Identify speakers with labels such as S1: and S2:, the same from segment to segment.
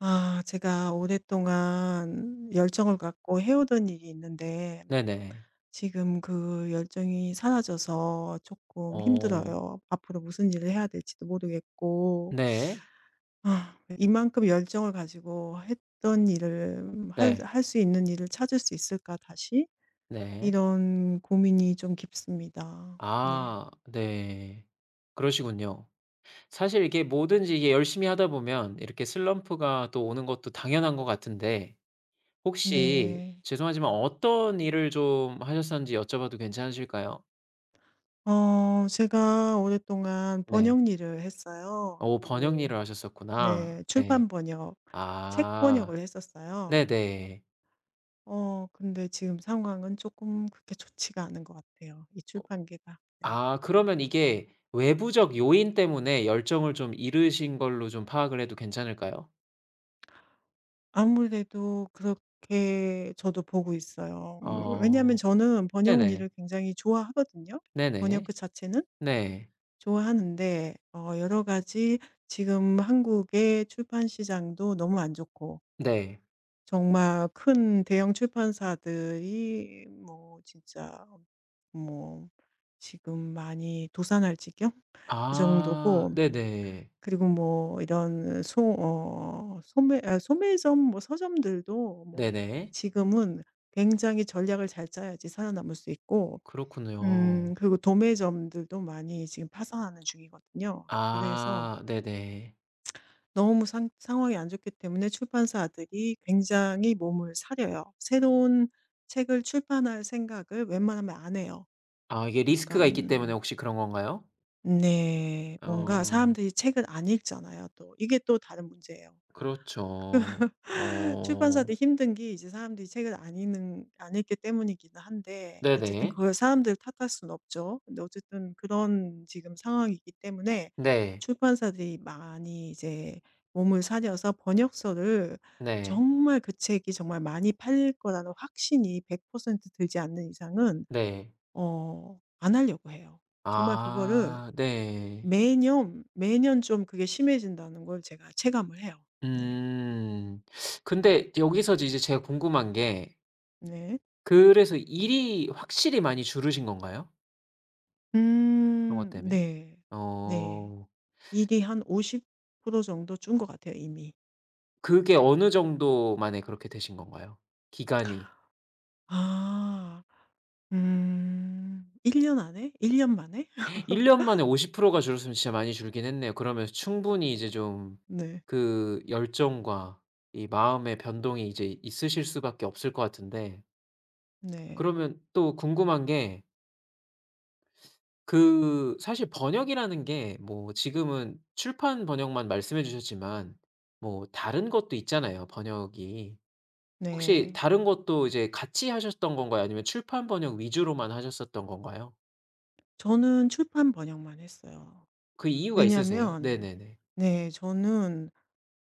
S1: 아, 제가 오랫동안 열정을 갖고 해오던 일이 있는데,
S2: 네네.
S1: 지금 그 열정이 사라져서 조금
S2: 어.
S1: 힘들어요. 앞으로 무슨 일을 해야 될지도 모르겠고,
S2: 네.
S1: 아, 이만큼 열정을 가지고 했던 일을,
S2: 네.
S1: 할 수 있는 일을 찾을 수 있을까, 다시?
S2: 네.
S1: 이런 고민이 좀 깊습니다. 네.
S2: 아, 네. 그러시군요. 사실 이게 뭐든지 이게 열심히 하다 보면 이렇게 슬럼프가 또 오는 것도 당연한 것 같은데, 혹시
S1: 네.
S2: 죄송하지만 어떤 일을 좀 하셨었는지 여쭤봐도 괜찮으실까요?
S1: 제가 오랫동안
S2: 네.
S1: 번역 일을 했어요.
S2: 어, 번역 일을 하셨었구나.
S1: 네. 출판
S2: 네.
S1: 번역, 책
S2: 아.
S1: 번역을 했었어요.
S2: 네네.
S1: 근데 지금 상황은 조금 그렇게 좋지가 않은 것 같아요, 이
S2: 어
S1: 출판계가. 네.
S2: 아, 그러면 이게 외부적 요인 때문에 열정을 좀 잃으신 걸로 좀 파악을 해도 괜찮을까요?
S1: 아무래도 그렇게 저도 보고 있어요. 왜냐하면
S2: 어.
S1: 저는 번역
S2: 네네.
S1: 일을 굉장히 좋아하거든요. 번역 그
S2: 네네.
S1: 자체는
S2: 네.
S1: 좋아하는데 여러 가지 지금 한국의 출판 시장도 너무 안 좋고
S2: 네.
S1: 정말 큰 대형 출판사들이 뭐 진짜 뭐 지금 많이 도산할 지경 그
S2: 아.
S1: 정도고,
S2: 네네.
S1: 그리고 뭐 이런 소 어 소매 아 소매점 뭐 서점들도 뭐
S2: 네네.
S1: 지금은 굉장히 전략을 잘 짜야지 살아남을 수 있고,
S2: 그렇군요.
S1: 그리고 도매점들도 많이 지금 파산하는 중이거든요. 그래서
S2: 아, 네네.
S1: 너무 상 상황이 안 좋기 때문에 출판사들이 굉장히 몸을 사려요. 새로운 책을 출판할 생각을 웬만하면 안 해요.
S2: 아, 이게 리스크가 있기 때문에
S1: 약간,
S2: 혹시 그런 건가요?
S1: 네. 뭔가
S2: 어.
S1: 사람들이 책을 안 읽잖아요 또. 이게 또 다른 문제예요.
S2: 그렇죠. 어.
S1: 출판사도 힘든 게 이제 사람들이 책을 안 읽기 때문이기는 한데 어쨌든
S2: 네네.
S1: 그걸 사람들 탓할 수는 없죠. 근데 어쨌든 그런 지금 상황이기 때문에
S2: 네.
S1: 출판사들이 많이 이제 몸을 사려서 번역서를,
S2: 네.
S1: 정말 그 책이 정말 많이 팔릴 거라는 확신이 100% 들지 않는 이상은
S2: 네.
S1: 안 하려고 해요. 정말 그거를
S2: 아, 네.
S1: 매년, 매년 좀 그게 심해진다는 걸 제가 체감을 해요. 네.
S2: 음. 근데 여기서 이제 제가 궁금한 게,
S1: 네.
S2: 그래서 일이 확실히 많이 줄으신 건가요? 그런 것
S1: 음.
S2: 때문에?
S1: 네. 네.
S2: 어.
S1: 일이 한 50% 정도 준 것 같아요 이미.
S2: 그게 어느 정도 만에 그렇게 되신 건가요? 기간이?
S1: 아. 음. 1년 안에? 1년 만에?
S2: 1년 만에 50%가 줄었으면 진짜 많이 줄긴 했네요. 그러면 충분히 이제 좀
S1: 네.
S2: 그 열정과 이 마음의 변동이 이제 있으실 수밖에 없을 것 같은데,
S1: 네.
S2: 그러면 또 궁금한 게, 그 사실 번역이라는 게 뭐 지금은 출판 번역만 말씀해 주셨지만 뭐 다른 것도 있잖아요, 번역이. 혹시
S1: 네.
S2: 다른 것도 이제 같이 하셨던 건가요? 아니면 출판 번역 위주로만 하셨었던 건가요?
S1: 저는 출판 번역만 했어요.
S2: 그 이유가 있으세요?
S1: 왜냐면,
S2: 네네네.
S1: 네, 저는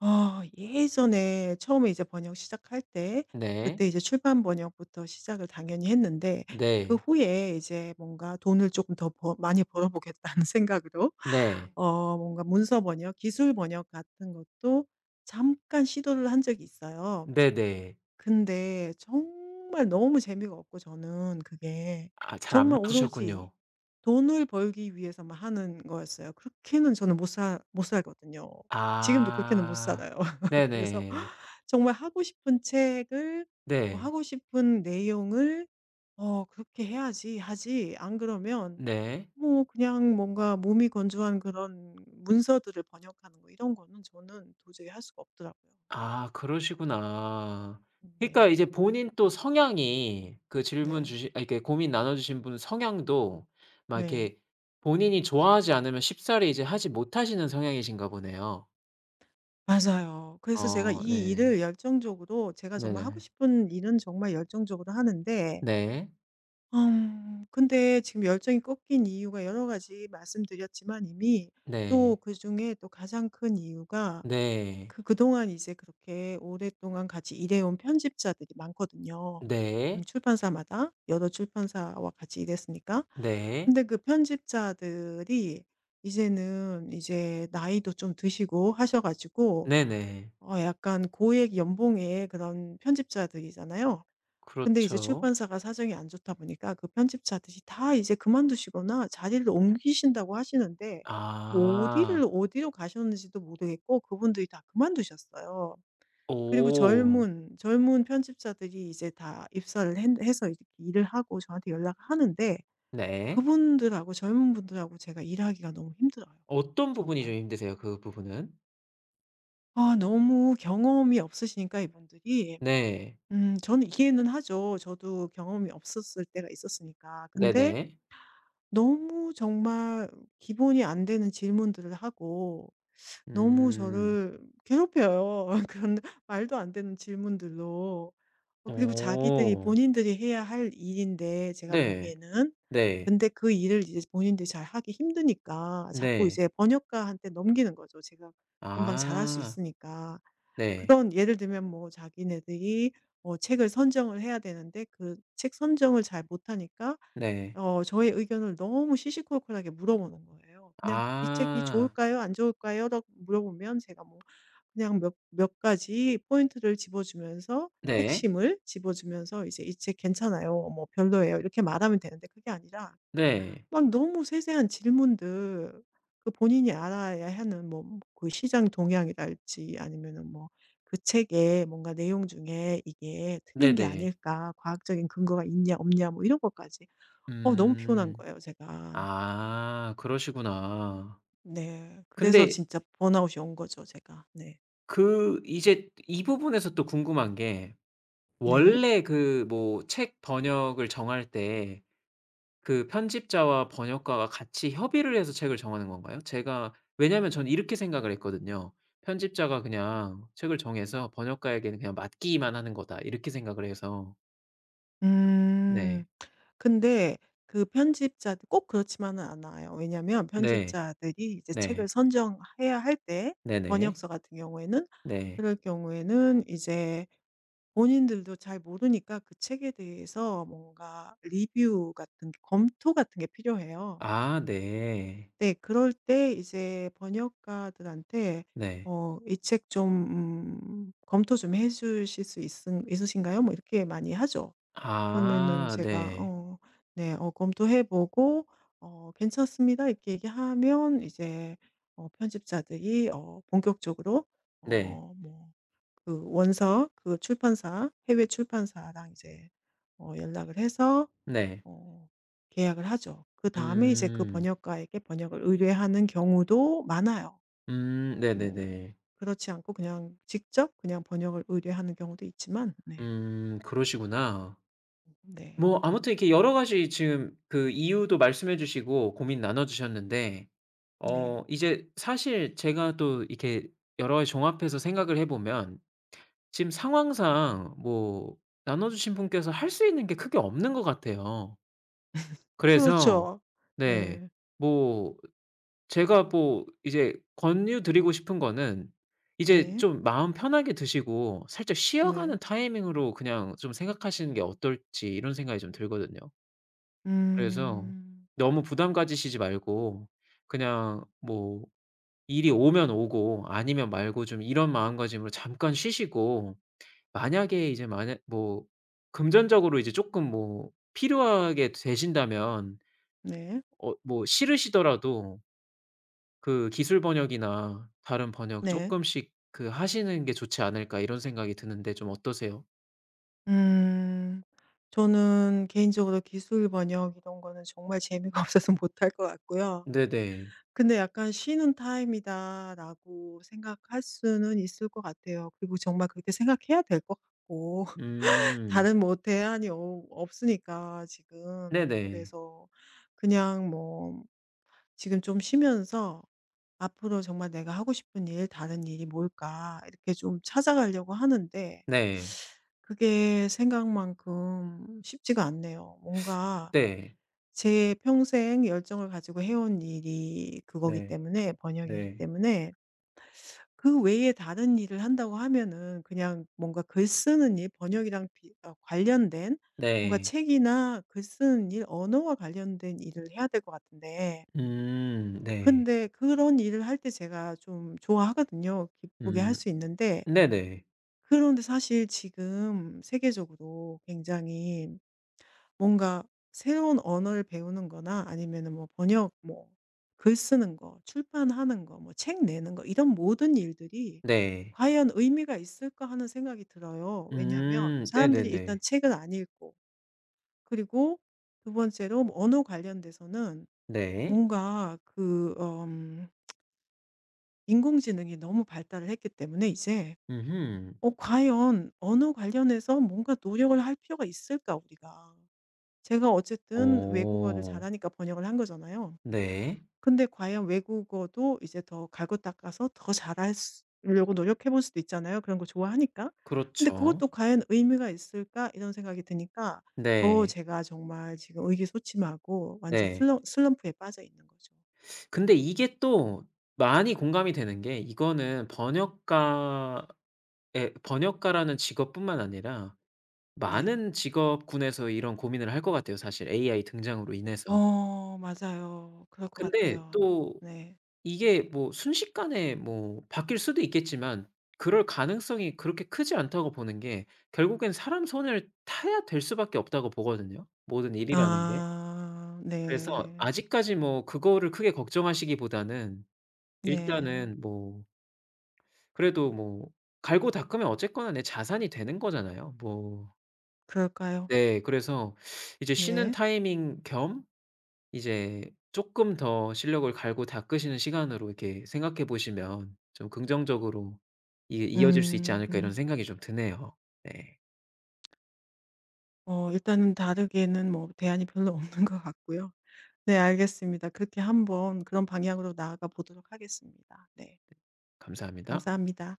S1: 예전에 처음에 이제 번역 시작할 때,
S2: 네,
S1: 그때 이제 출판 번역부터 시작을 당연히 했는데, 그
S2: 네,
S1: 후에 이제 뭔가 돈을 조금 더 많이 벌어 보겠다는 생각으로
S2: 네.
S1: 뭔가 문서 번역, 기술 번역 같은 것도 잠깐 시도를 한 적이 있어요.
S2: 네네.
S1: 근데 정말 너무 재미가 없고 저는 그게
S2: 아, 잘 안
S1: 정말 오로지
S2: 맞으셨군요.
S1: 돈을 벌기 위해서만 하는 거였어요. 그렇게는 저는 못 살거든요. 지금도 그렇게는 못
S2: 아.
S1: 살아요. 그래서
S2: 네네.
S1: 정말 하고 싶은 책을, 뭐
S2: 네.
S1: 하고 싶은 내용을 그렇게 해야지 하지, 안 그러면
S2: 네.
S1: 뭐 그냥 뭔가 몸이 건조한 그런 문서들을 번역하는 거, 이런 거는 저는 도저히 할 수가 없더라고요. 네.
S2: 아, 그러시구나. 그러니까
S1: 네.
S2: 이제 본인 또 성향이, 그 질문
S1: 네.
S2: 주신, 아, 이렇게 고민 나눠 주신 분 성향도 막
S1: 네.
S2: 이렇게 본인이 좋아하지 않으면 쉽사리 이제 하지 못하시는 성향이신가 보네요.
S1: 맞아요. 그래서 제가
S2: 어,
S1: 이
S2: 네.
S1: 일을 열정적으로, 제가 정말 하고
S2: 네네.
S1: 싶은 일은 정말 열정적으로 하는데,
S2: 네,
S1: 근데 지금 열정이 꺾인 이유가 여러 가지 말씀드렸지만, 이미 또
S2: 네.
S1: 그중에 또 가장 큰 이유가,
S2: 네.
S1: 그동안 이제 그렇게 오랫동안 같이 일해온 편집자들이 많거든요.
S2: 네.
S1: 출판사마다 여러 출판사와 같이 일했으니까.
S2: 네.
S1: 근데 그 편집자들이 이제는 이제 나이도 좀 드시고 하셔 가지고
S2: 네네.
S1: 약간 고액 연봉의 그런 편집자들이잖아요. 근데 이제
S2: 그렇죠.
S1: 출판사가 사정이 안 좋다 보니까 그 편집자들이 다 이제 그만두시거나 자리를 옮기신다고 하시는데, 뭐 어디를
S2: 아.
S1: 어디로 가셨는지도 모르겠고 그분들이 다 그만두셨어요. 그리고
S2: 오.
S1: 젊은 편집자들이 이제 다 입사를 했 해서 이렇게 일을 하고 저한테 연락을 하는데,
S2: 네.
S1: 그분들하고 젊은 분들하고 제가 일하기가 너무 힘들어요,
S2: 어떤 부분이 좀
S1: 정말.
S2: 힘드세요? 그 부분은?
S1: 아, 너무 경험이 없으시니까 이분들이.
S2: 네.
S1: 저는 이해는 하죠. 저도 경험이 없었을 때가 있었으니까. 근데
S2: 네네.
S1: 너무 정말 기본이 안 되는 질문들을 하고 너무
S2: 음.
S1: 저를 괴롭혀요. 그런 말도 안 되는 질문들로. 그리고 자기들이
S2: 오.
S1: 본인들이 해야 할 일인데, 제가
S2: 네.
S1: 보기에는.
S2: 네.
S1: 근데 그 일을 이제 본인들이 잘하기 힘드니까 자꾸
S2: 네.
S1: 이제 번역가한테 넘기는 거죠. 제가 금방 잘할 수
S2: 아.
S1: 있으니까.
S2: 네.
S1: 그런, 예를 들면 뭐 자기네들이 책을 선정을 해야 되는데 그 책 선정을 잘 못하니까
S2: 네.
S1: 저의 의견을 너무 시시콜콜하게 물어보는 거예요. 그냥 그 "이 책이
S2: 아.
S1: 좋을까요? 안 좋을까요?"라고 물어보면 제가 뭐 그냥 몇 몇 가지 포인트를 집어주면서,
S2: 네.
S1: 핵심을 집어주면서 이제 "이 책 괜찮아요." 뭐 "별로예요." 이렇게 말하면 되는데, 그게 아니라
S2: 네.
S1: 막 너무 세세한 질문들, 그 본인이 알아야 하는 뭐 그 시장 동향이랄지, 아니면은 뭐 '그 책의 뭔가 내용 중에 이게 틀린 게
S2: 네네.
S1: 아닐까? 과학적인 근거가 있냐 없냐?' 뭐 이런 것까지. 너무 피곤한
S2: 음.
S1: 거예요 제가.
S2: 아, 그러시구나.
S1: 네. 그래서
S2: 근데
S1: 진짜 번아웃이 온 거죠 제가. 네.
S2: 그 이제 이 부분에서 또 궁금한 게,
S1: 네.
S2: 원래 그 뭐 책 번역을 정할 때 그 편집자와 번역가가 같이 협의를 해서 책을 정하는 건가요? 제가 왜냐하면 저는 이렇게 생각을 했거든요. '편집자가 그냥 책을 정해서 번역가에게는 그냥 맡기기만 하는 거다.' 이렇게 생각을 해서.
S1: 음.
S2: 네.
S1: 근데 그 편집자들 꼭 그렇지만은 않아요. 왜냐면 하
S2: 네.
S1: 편집자들이 이제 책을
S2: 네.
S1: 선정해야 할 때,
S2: 네네.
S1: 번역서 같은 경우에는,
S2: 네.
S1: 그럴 경우에는 이제 본인들도 잘 모르니까 그 책에 대해서 뭔가 리뷰 같은 게, 검토 같은 게 필요해요.
S2: 아, 네.
S1: 네. 그럴 때 이제 번역가들한테
S2: 네.
S1: "이 책 좀 검토 좀 해 주실 수 있 있으신가요?" 뭐 이렇게 많이 하죠. 그러면은
S2: 아,
S1: 제가
S2: 네.
S1: 네 검토해 보고 "괜찮습니다." 이렇게 얘기하면 이제 편집자들이 본격적으로
S2: 네.
S1: 뭐 그 원서, 그 출판사, 해외 출판사랑 이제 연락을 해서
S2: 네.
S1: 어 계약을 하죠. 그다음에 이제 그
S2: 음.
S1: 번역가에게 번역을 의뢰하는 경우도 많아요.
S2: 음,
S1: 뭐
S2: 네네네.
S1: 그렇지 않고 그냥 직접 그냥 번역을 의뢰하는 경우도 있지만. 네.
S2: 음, 그러시구나.
S1: 네.
S2: 뭐 아무튼 이렇게 여러 가지 지금 그 이유도 말씀해 주시고 고민 나눠 주셨는데,
S1: 네.
S2: 어 이제 사실 제가 또 이렇게 여러 가지 종합해서 생각을 해 보면 지금 상황상 뭐 나눠 주신 분께서 할 수 있는 게 크게 없는 것 같아요. 음. 그래서
S1: 그렇죠.
S2: 네,
S1: 네.
S2: 뭐 제가 뭐 이제 권유드리고 싶은 거는 이제
S1: 네.
S2: 좀 마음 편하게 드시고 살짝
S1: 네.
S2: 쉬어가는 타이밍으로 그냥 좀 생각하시는 게 어떨지 이런 생각이 좀 들거든요. 그래서
S1: 음.
S2: 너무 부담 가지시지 말고 그냥 뭐 일이 오면 오고 아니면 말고 좀 이런 마음가짐으로 잠깐 쉬시고, 만약에 이제 만약 뭐 금전적으로 이제 조금 뭐 필요하게 되신다면
S1: 네.
S2: 어 뭐 싫으시더라도 그 '기술 번역이나 다른 번역 조
S1: 네.
S2: 쪼끔씩 그 하시는 게 좋지 않을까.' 이런 생각이 드는데 좀 어떠세요?
S1: 음. 저는 개인적으로 기술 번역 이런 거는 정말 재미가 없어서 못할 것 같고요.
S2: 네네.
S1: 근데 약간 '쉬는 타임이다.'라고 생각할 수는 있을 것 같아요. 그리고 정말 그렇게 생각해야 될 것 같고,
S2: 음.
S1: 다른 뭐 대안이 없으니까 지금.
S2: 네네.
S1: 그래서 그냥 뭐 지금 좀 쉬면서 앞으로 정말 내가 하고 싶은 일, 다른 일이 뭘까, 이렇게 좀 찾아가려고 하는데
S2: 네.
S1: 그게 생각만큼 쉽지가 않네요. 뭔가
S2: 네.
S1: 제 평생 열정을 가지고 해온 일이 그거기
S2: 네.
S1: 때문에, 번역이기
S2: 네.
S1: 때문에, 그 외에 다른 일을 한다고 하면은 그냥 뭔가 글 쓰는 일, 번역이랑 관련된 뭔가
S2: 네.
S1: 책이나 글 쓰는 일, 언어와 관련된 일을 해야 될 것 같은데,
S2: 음, 네.
S1: 근데 그런 일을 할 때 제가 좀 좋아하거든요. 기쁘게 할
S2: 음,
S1: 수 있는데,
S2: 네네.
S1: 그런데 사실 지금 세계적으로 굉장히 뭔가 새로운 언어를 배우는 거나, 아니면은 뭐 번역, 뭐 글 쓰는 거, 출판하는 거, 뭐 책 내는 거, 이런 모든 일들이
S2: 네.
S1: 과연 의미가 있을까 하는 생각이 들어요. 왜냐하면
S2: 음,
S1: 사람들이 일단
S2: 네네네.
S1: 책을 안 읽고, 그리고 두 번째로 뭐 언어 관련돼서는
S2: 네,
S1: 뭔가 그인공지능이 너무 발달을 했기 때문에 이제
S2: 음음.
S1: 과연 언어 관련해서 뭔가 노력을 할 필요가 있을까, 우리가. 제가 어쨌든 외국어를
S2: 어.
S1: 잘하니까 번역을 한 거잖아요.
S2: 네.
S1: 근데 과연 외국어도 이제 더 갈고 닦아서 더 잘하 려고 노력해 볼 수도 있잖아요, 그런 거 좋아하니까. 근데
S2: 그렇죠.
S1: 그것도 '과연 의미가 있을까?' 이런 생각이 드니까 더
S2: 네.
S1: 제가 정말 지금 의기소침하고, 완전
S2: 네.
S1: 슬럼프에 빠져 있는 거죠.
S2: 근데 이게 또 많이 공감이 되는 게, 이거는 번역가의, 번역가라는 직업뿐만 아니라
S1: 네.
S2: 많은 직업군에서 이런 고민을 할 것 같아요, 사실 AI 등장으로 인해서.
S1: 맞아요. 그럴 것
S2: 근데
S1: 같아요.
S2: 또
S1: 네.
S2: 이게 뭐 순식간에 뭐 바뀔 수도 있겠지만 그럴 가능성이 그렇게 크지 않다고 보는 게, 결국엔 사람 손을 타야 될 수밖에 없다고 보거든요, 모든 일이라는 게.
S1: 아,
S2: 그래서
S1: 네.
S2: 아직까지 뭐 그거를 크게 걱정하시기보다는
S1: 네.
S2: 일단은 뭐 그래도 뭐 갈고 닦으면 어쨌거나 내 자산이 되는 거잖아요. 뭐
S1: 그럴까요?
S2: 네, 그래서 이제 쉬는
S1: 네.
S2: 타이밍 겸 이제 쪼끔 더 실력을 갈고 닦으시는 시간으로 이렇게 생각해 보시면 좀 긍정적으로 이, 이어질 수 있지 않을까 이런
S1: 음.
S2: 생각이 좀 드네요. 네.
S1: 일단은 다르게는 뭐 대안이 별로 없는 것 같고요. 네, 알겠습니다. 그렇게 한번 그런 방향으로 나아가 보도록 하겠습니다. 네.
S2: 감사합니다.
S1: 감사합니다.